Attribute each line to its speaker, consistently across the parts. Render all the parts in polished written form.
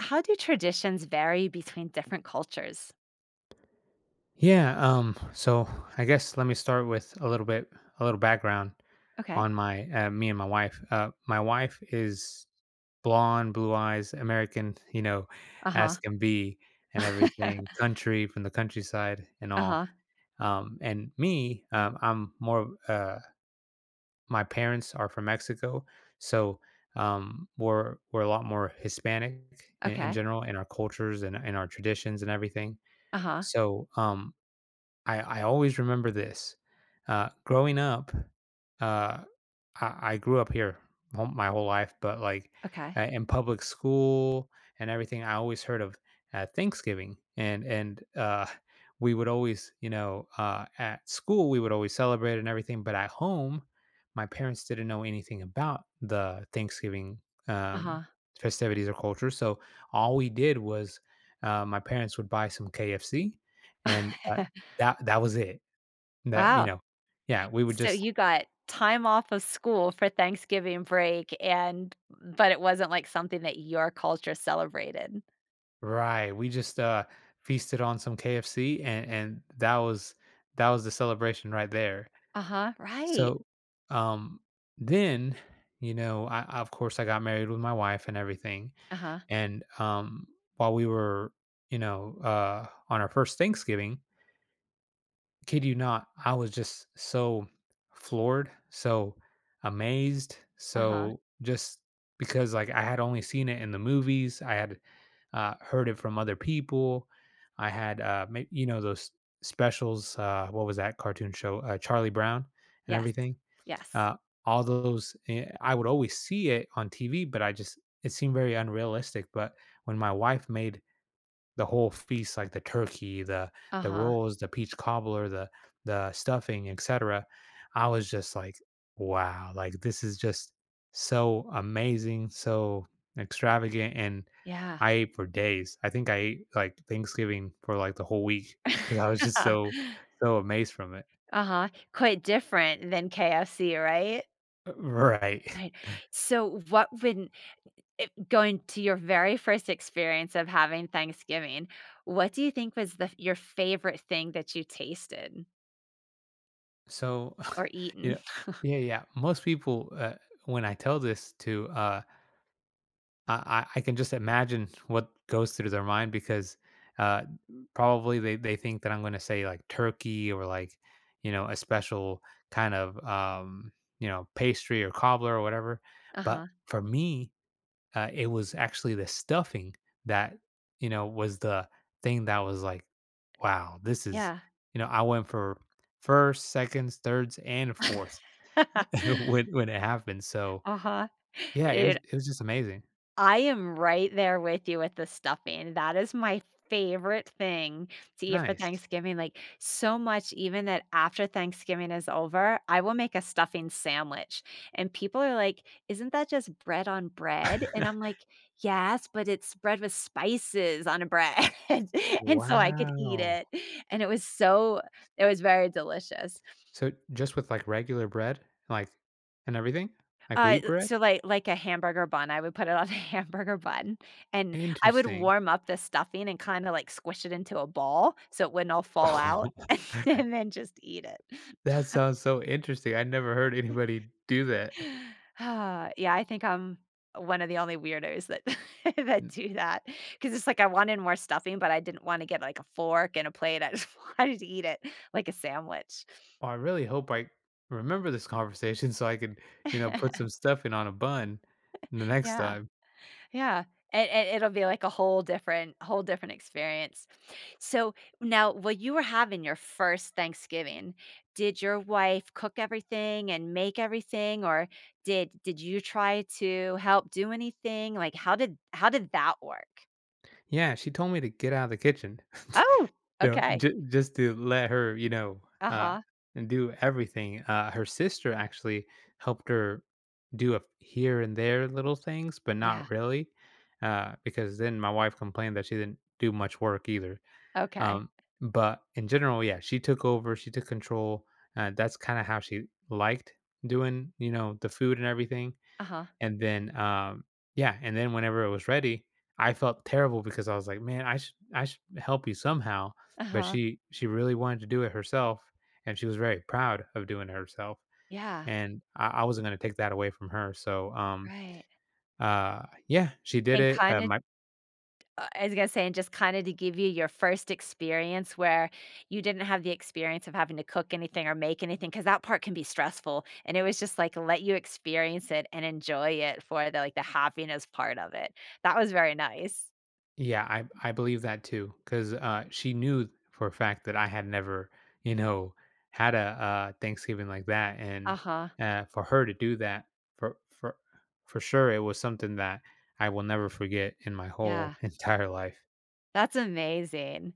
Speaker 1: How do traditions vary between different cultures?
Speaker 2: Yeah, so I guess let me start with a little bit, a little background
Speaker 1: Okay.
Speaker 2: on my me and my wife. My wife is blonde, blue eyes, American, you know,
Speaker 1: Uh-huh.
Speaker 2: as can be, and everything, country from the countryside and all.
Speaker 1: Uh-huh.
Speaker 2: And me, I'm more. My parents are from Mexico, so we're a lot more Hispanic in
Speaker 1: Okay.
Speaker 2: general in our cultures and in our traditions and everything.
Speaker 1: Uh-huh.
Speaker 2: So I always remember this. Growing up, uh, I grew up here my whole life, but like
Speaker 1: Okay.
Speaker 2: in public school and everything, I always heard of Thanksgiving, and we would always, at school we would always celebrate and everything, but at home, my parents didn't know anything about the Thanksgiving um,
Speaker 1: Uh-huh.
Speaker 2: festivities or culture, so all we did was my parents would buy some KFC and that was it. That, you
Speaker 1: Wow.
Speaker 2: know yeah, we would
Speaker 1: So
Speaker 2: just
Speaker 1: you got time off of school for Thanksgiving break, and but it wasn't like something that your culture celebrated.
Speaker 2: right, we just, feasted on some KFC and that was the celebration right there.
Speaker 1: Uh-huh. Right.
Speaker 2: So, um, then, I of course, I got married with my wife and everything,
Speaker 1: Uh-huh.
Speaker 2: and, while we were, on our first Thanksgiving, kid you not, I was just so floored, so amazed,
Speaker 1: Uh-huh.
Speaker 2: so just because like I had only seen it in the movies. I had heard it from other people. I had you know those specials. What was that cartoon show? Charlie Brown and
Speaker 1: Yes.
Speaker 2: everything.
Speaker 1: Yes.
Speaker 2: Uh, all those I would always see it on TV, but I just it seemed very unrealistic. But when my wife made the whole feast, like the turkey, the
Speaker 1: Uh-huh.
Speaker 2: rolls, the peach cobbler, the stuffing, etc. I was just like, wow, like this is just so amazing, so extravagant, and
Speaker 1: Yeah.
Speaker 2: I ate for days. I think I ate like Thanksgiving for like the whole week because I was just so so amazed from it.
Speaker 1: Uh-huh. Quite different than KFC, right?
Speaker 2: Right.
Speaker 1: Right. So what would It going to your very first experience of having Thanksgiving, what do you think was the your favorite thing that you tasted
Speaker 2: So,
Speaker 1: or
Speaker 2: you know,
Speaker 1: eaten?
Speaker 2: yeah, yeah. Most people, when I tell this to I can just imagine what goes through their mind because uh, probably they think that I'm going to say like turkey or like, a special kind of, pastry or cobbler or whatever. But
Speaker 1: Uh-huh.
Speaker 2: for me, it was actually the stuffing that, was the thing that was like, wow, this is,
Speaker 1: Yeah.
Speaker 2: I went for first, seconds, thirds, and fourths when it happened. So
Speaker 1: Uh-huh.
Speaker 2: yeah,
Speaker 1: It
Speaker 2: it was just amazing.
Speaker 1: I am right there with you with the stuffing. That is my favorite thing to eat for
Speaker 2: Nice.
Speaker 1: Thanksgiving. Like so much, even that after Thanksgiving is over, I will make a stuffing sandwich. And people are like, "Isn't that just bread on bread?" And I'm like, "Yes, but it's bread with spices on a bread." And so I could eat
Speaker 2: Wow.
Speaker 1: it. And it was so, it was very delicious.
Speaker 2: So just with, like, regular bread, like, and everything? Like wheat bread?
Speaker 1: So like a hamburger bun, I would put it on a hamburger bun, and I would
Speaker 2: Interesting.
Speaker 1: warm up the stuffing and kinda, like, squish it into a ball so it wouldn't all fall out,
Speaker 2: Oh,
Speaker 1: and then just eat it.
Speaker 2: that sounds so interesting. I never heard anybody do that.
Speaker 1: Ah, yeah, I think I'm one of the only weirdos that that
Speaker 2: N
Speaker 1: do that, because it's like I wanted more stuffing, but I didn't wanna get, like, a fork and a plate, I just wanted to eat it like a sandwich.
Speaker 2: well, I really hope I remember this conversation so I can, put some stuffing on a bun the next
Speaker 1: Yeah.
Speaker 2: time.
Speaker 1: Yeah, it and it'll be like a whole different experience. So, now while you were having your first Thanksgiving, did your wife cook everything and make everything, or did you try to help do anything? Like, how did that work?
Speaker 2: Yeah, she told me to get out of the kitchen.
Speaker 1: Oh,
Speaker 2: You know,
Speaker 1: okay.
Speaker 2: ju just to let her, uh,
Speaker 1: Uh-huh.
Speaker 2: and do everything. Her sister actually helped her do a here and there little things, but
Speaker 1: Yeah.
Speaker 2: not really, because then my wife complained that she didn't do much work either.
Speaker 1: Okay.
Speaker 2: Um, but in general, yeah, she took over, she took control, that's kinda how she liked doing, the food and everything.
Speaker 1: Uh-huh.
Speaker 2: And then, yeah, and then whenever it was ready, I felt terrible because I was like, "Man, I should help you somehow." But
Speaker 1: Uh-huh.
Speaker 2: she really wanted to do it herself, and she was very proud of doing it herself,
Speaker 1: Yeah.
Speaker 2: and I wasn't gonna take that away from her. So,
Speaker 1: Right.
Speaker 2: yeah, she did
Speaker 1: And
Speaker 2: it.
Speaker 1: kinda
Speaker 2: My
Speaker 1: uh, I was gonna say, and just kinda to give you your first experience where you didn't have the experience of having to cook anything or make anything, because that part can be stressful, and it was just, like, let you experience it and enjoy it for the, like, the happiness part of it. That was very nice.
Speaker 2: yeah, I believe that too, 'cause, she knew for a fact that I had never, you know, had a, Thanksgiving like that, and,
Speaker 1: Uh-huh.
Speaker 2: for her to do that, for for for sure, it was something that I will never forget in my whole
Speaker 1: Yeah.
Speaker 2: entire life.
Speaker 1: That's amazing.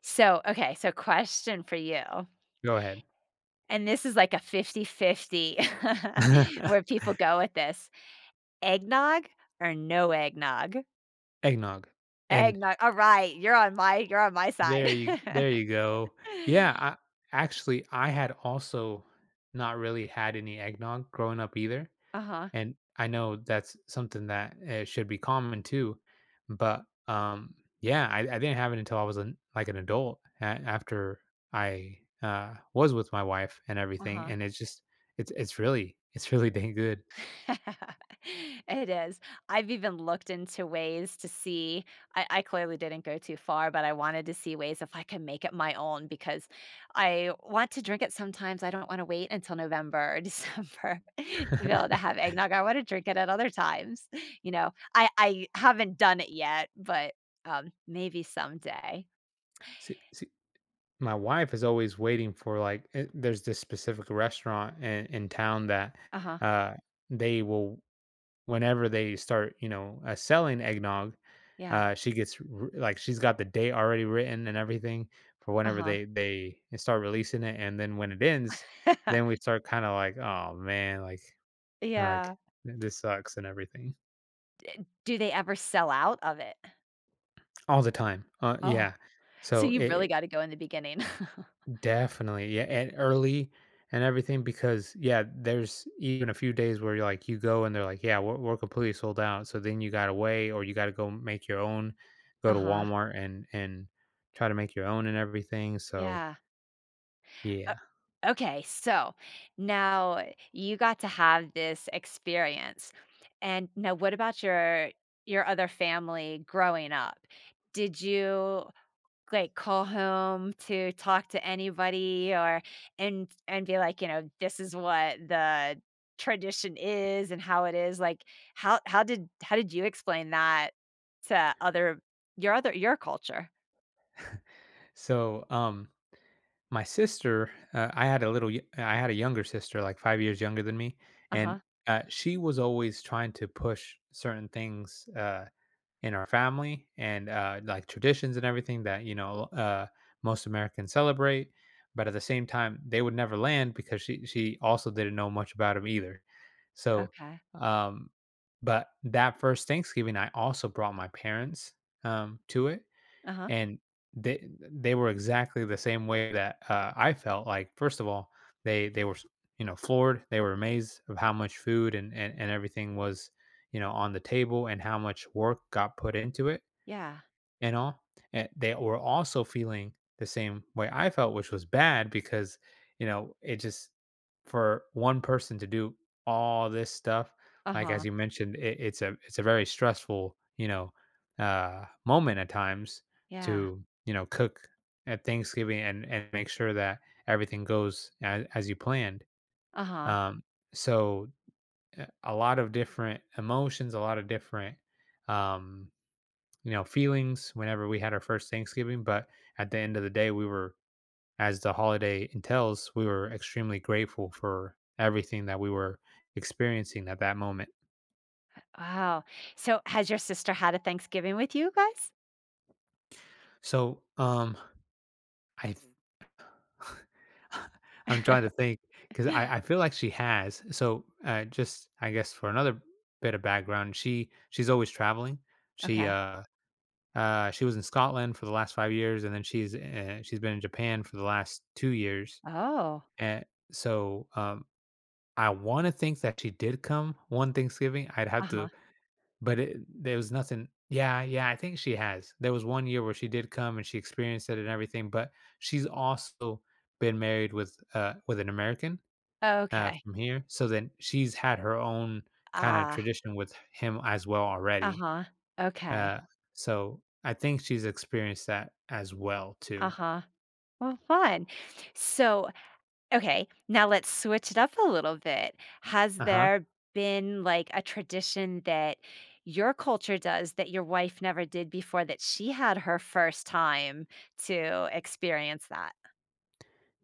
Speaker 1: So, okay, so question for you,
Speaker 2: Go ahead.
Speaker 1: and this is like a fifty-fifty where people go with this. Eggnog or no eggnog?
Speaker 2: Eggnog, and
Speaker 1: Eggnog alright, you're on my side.
Speaker 2: there you go. Yeah, I actually, I had also not really had any eggnog growing up either.
Speaker 1: Uh-huh,
Speaker 2: And I know that's something that should be common too, but um, yeah, I didn't have it until I was an, like an adult after I was with my wife and everything,
Speaker 1: uh-huh.
Speaker 2: and it's just it's really dang good.
Speaker 1: It is. I've even looked into ways to see I clearly didn't go too far, but I wanted to see ways if I could make it my own because I want to drink it sometimes, I don't wanna wait until November or December to be able to have eggnog, I wanna drink it at other times, you know? I haven't done it yet, but, maybe someday.
Speaker 2: See, my wife is always waiting for like there's this specific restaurant in town that
Speaker 1: Uh-huh,
Speaker 2: uh, they will whenever they start, selling eggnog,
Speaker 1: yeah,
Speaker 2: she gets r like, she's got the date already written and everything for whenever
Speaker 1: uh-huh.
Speaker 2: they start releasing it, and then when it ends, then we start kinda like, "Oh, man," like,
Speaker 1: Yeah.
Speaker 2: "This sucks," and everything
Speaker 1: Do they ever sell out of it?
Speaker 2: all the time.
Speaker 1: Oh.
Speaker 2: Yeah.
Speaker 1: So
Speaker 2: So,
Speaker 1: you
Speaker 2: it
Speaker 1: really gotta go in the beginning.
Speaker 2: definitely. Yeah, and early and everything because yeah, there's even a few days where you're like you go and they're like, "Yeah, we're completely sold out." So then you got to wait or you got to go make your own, go to
Speaker 1: Uh-huh.
Speaker 2: Walmart and try to make your own and everything. So,
Speaker 1: Yeah. O
Speaker 2: yeah.
Speaker 1: Okay, so now you got to have this experience, and now what about your other family growing up? Did you like call home to talk to anybody or and be like, you know, this is what the tradition is and how it is. Like how did how did you explain that to other your culture?
Speaker 2: So, my sister, I had a younger sister like 5 years younger than me and
Speaker 1: Uh-huh.
Speaker 2: she was always trying to push certain things in our family and like traditions and everything that most Americans celebrate. But at the same time, they would never land because she also didn't know much about him either. So,
Speaker 1: Okay.
Speaker 2: um, but that first Thanksgiving, I also brought my parents to it
Speaker 1: Uh-huh.
Speaker 2: and they were exactly the same way that, I felt, like, first of all, they were, floored, they were amazed of how much food and everything was, on the table and how much work got put into it
Speaker 1: Yeah.
Speaker 2: and all. And they were also feeling the same way I felt, which was bad because, it just for one person to do all this stuff, like as
Speaker 1: Uh-huh.
Speaker 2: you mentioned, it's a very stressful, moment at times
Speaker 1: Yeah.
Speaker 2: to, cook at Thanksgiving and make sure that everything goes as you planned.
Speaker 1: Uh-huh.
Speaker 2: Um so a lot of different emotions, a lot of different um feelings whenever we had our first Thanksgiving, but at the end of the day, we were, as the holiday entails, we were extremely grateful for everything that we were experiencing at that moment.
Speaker 1: Wow. So has your sister had a Thanksgiving with you guys?
Speaker 2: So, I, I'm trying to think because I feel like she has. So, just I guess for another bit of background, she's always traveling. She
Speaker 1: Okay.
Speaker 2: uh she was in Scotland for the last 5 years, and then she's been in Japan for the last 2 years.
Speaker 1: Oh.
Speaker 2: And so, I wanna think that she did come one Thanksgiving, I'd have
Speaker 1: Uh-huh.
Speaker 2: to but it there was nothing yeah, yeah, I think she has. There was one year where she did come and she experienced it and everything, but she's also been married with an American,
Speaker 1: Okay.
Speaker 2: from here, so then she's had her own kinda
Speaker 1: Ah.
Speaker 2: tradition with him as well already,
Speaker 1: Uh-huh. Okay.
Speaker 2: uh, so I think she's experienced that as well too.
Speaker 1: Uh-huh. Well, fun. So, okay, now let's switch it up a little bit. Has
Speaker 2: Uh-huh.
Speaker 1: there been like a tradition that your culture does that your wife never did before that she had her first time to experience that?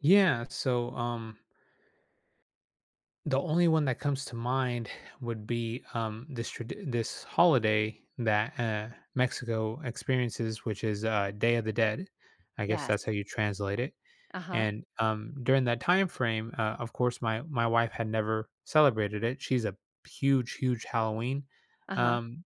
Speaker 2: Yeah, so, the only one that comes to mind would be, this holiday that, Mexico experiences, which is, Day of the Dead. I guess
Speaker 1: Yes.
Speaker 2: that's how you translate it,
Speaker 1: Uh-huh.
Speaker 2: and, during that time frame, of course, my wife had never celebrated it. She's a huge, huge Halloween,
Speaker 1: Uh-huh.
Speaker 2: um,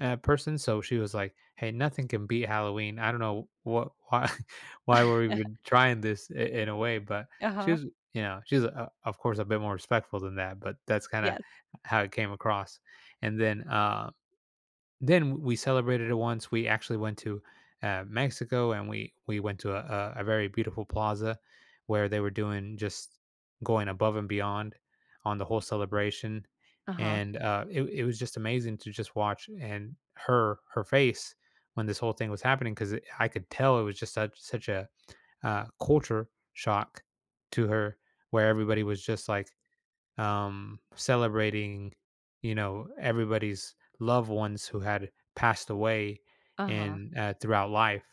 Speaker 2: person. So she was like, "Hey, nothing can beat Halloween. I don't know what why why we even trying this in a way," but she
Speaker 1: Uh-huh.
Speaker 2: was, she's of course a bit more respectful than that, but that's kind of
Speaker 1: Yes.
Speaker 2: how it came across. And then we celebrated it once. We actually went to Mexico and we went to a very beautiful plaza where they were doing just going above and beyond on the whole celebration,
Speaker 1: Uh-huh.
Speaker 2: and it was just amazing to just watch and her face when this whole thing was happening because I could tell it was just such a culture shock to her where everybody was just like celebrating, everybody's loved ones who had passed away
Speaker 1: Uh-huh.
Speaker 2: and throughout life.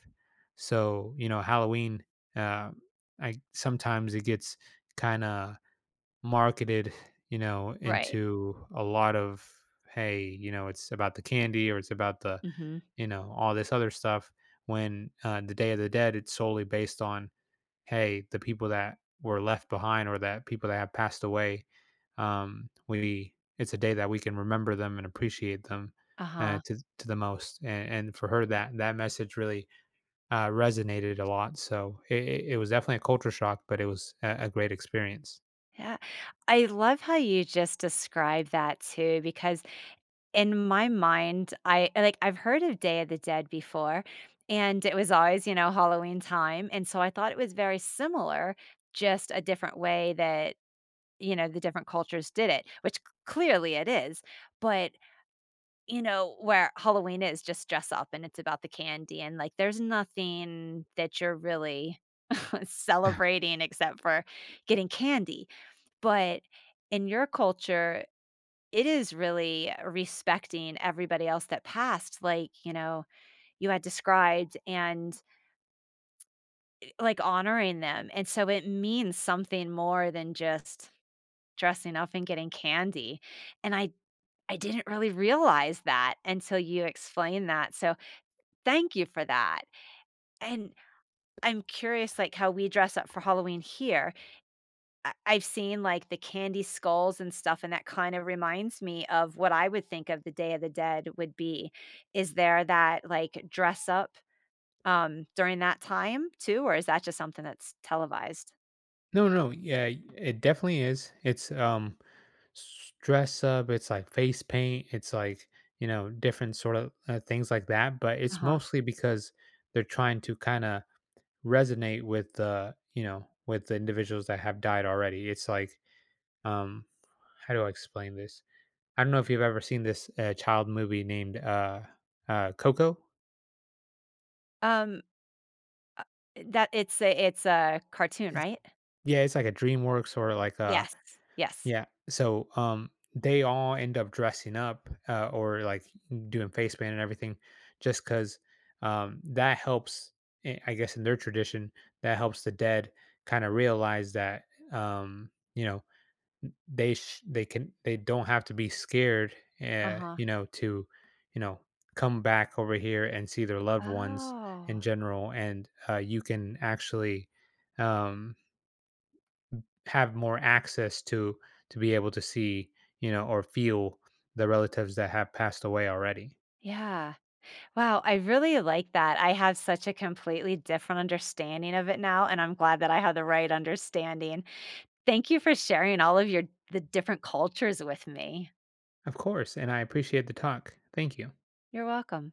Speaker 2: So you know, Halloween, uh, I sometimes it gets kind of marketed,
Speaker 1: Right.
Speaker 2: into a lot of hey, it's about the candy or it's about the
Speaker 1: Mhm.
Speaker 2: you know all this other stuff. When the Day of the Dead, it's solely based on hey, the people that were left behind or that people that have passed away, we it's a day that we can remember them and appreciate them
Speaker 1: Uh-huh.
Speaker 2: to the most. And for her, that that message really resonated a lot. So it was definitely a culture shock, but it was a great experience.
Speaker 1: Yeah. I love how you just described that too, because in my mind, I like, I've heard of Day of the Dead before, and it was always, you know, Halloween time, and so I thought it was very similar, just a different way that, you know, the different cultures did it, which c clearly it is, but, you know, where Halloween is just dress up and it's about the candy and, like, there's nothing that you're really celebrating except for getting candy, but in your culture it is really respecting everybody else that passed, like, you know, you had described and, eh, like, honoring them, and so it means something more than just dressing up and getting candy, and I didn't really realize that until you explained that, so thank you for that, and I'm curious, like, how we dress up for Halloween here. I've seen, like, the candy skulls and stuff, and that kind of reminds me of what I would think of the Day of the Dead would be. Is there that, like, dress up, during that time too, or is that just something that's televised?
Speaker 2: No, no, yeah, it definitely is. It's dress up, it's like face paint, it's like, different sort of things like that, but it's
Speaker 1: Uh-huh.
Speaker 2: mostly because they're trying to kind of resonate with the, with the individuals that have died already. It's like um how do I explain this? I don't know if you've ever seen this child movie named Coco.
Speaker 1: Um, uh, that it's a cartoon,
Speaker 2: It's
Speaker 1: right?
Speaker 2: yeah, it's like a DreamWorks or like a
Speaker 1: Yes, yes.
Speaker 2: yeah. So they all end up dressing up or like doing face paint and everything just because that helps I guess in their tradition that helps the dead kind of realize that um you know they can they don't have to be scared
Speaker 1: Uh-huh.
Speaker 2: you know to you know come back over here and see their loved ones in
Speaker 1: Oh,
Speaker 2: general and you can actually um have more access to be able to see, or feel the relatives that have passed away already.
Speaker 1: yeah. Wow, I really like that. I have such a completely different understanding of it now, and I'm glad that I have the right understanding. Thank you for sharing all of your the different cultures with me.
Speaker 2: Of course, and I appreciate the talk. Thank you.
Speaker 1: You're welcome.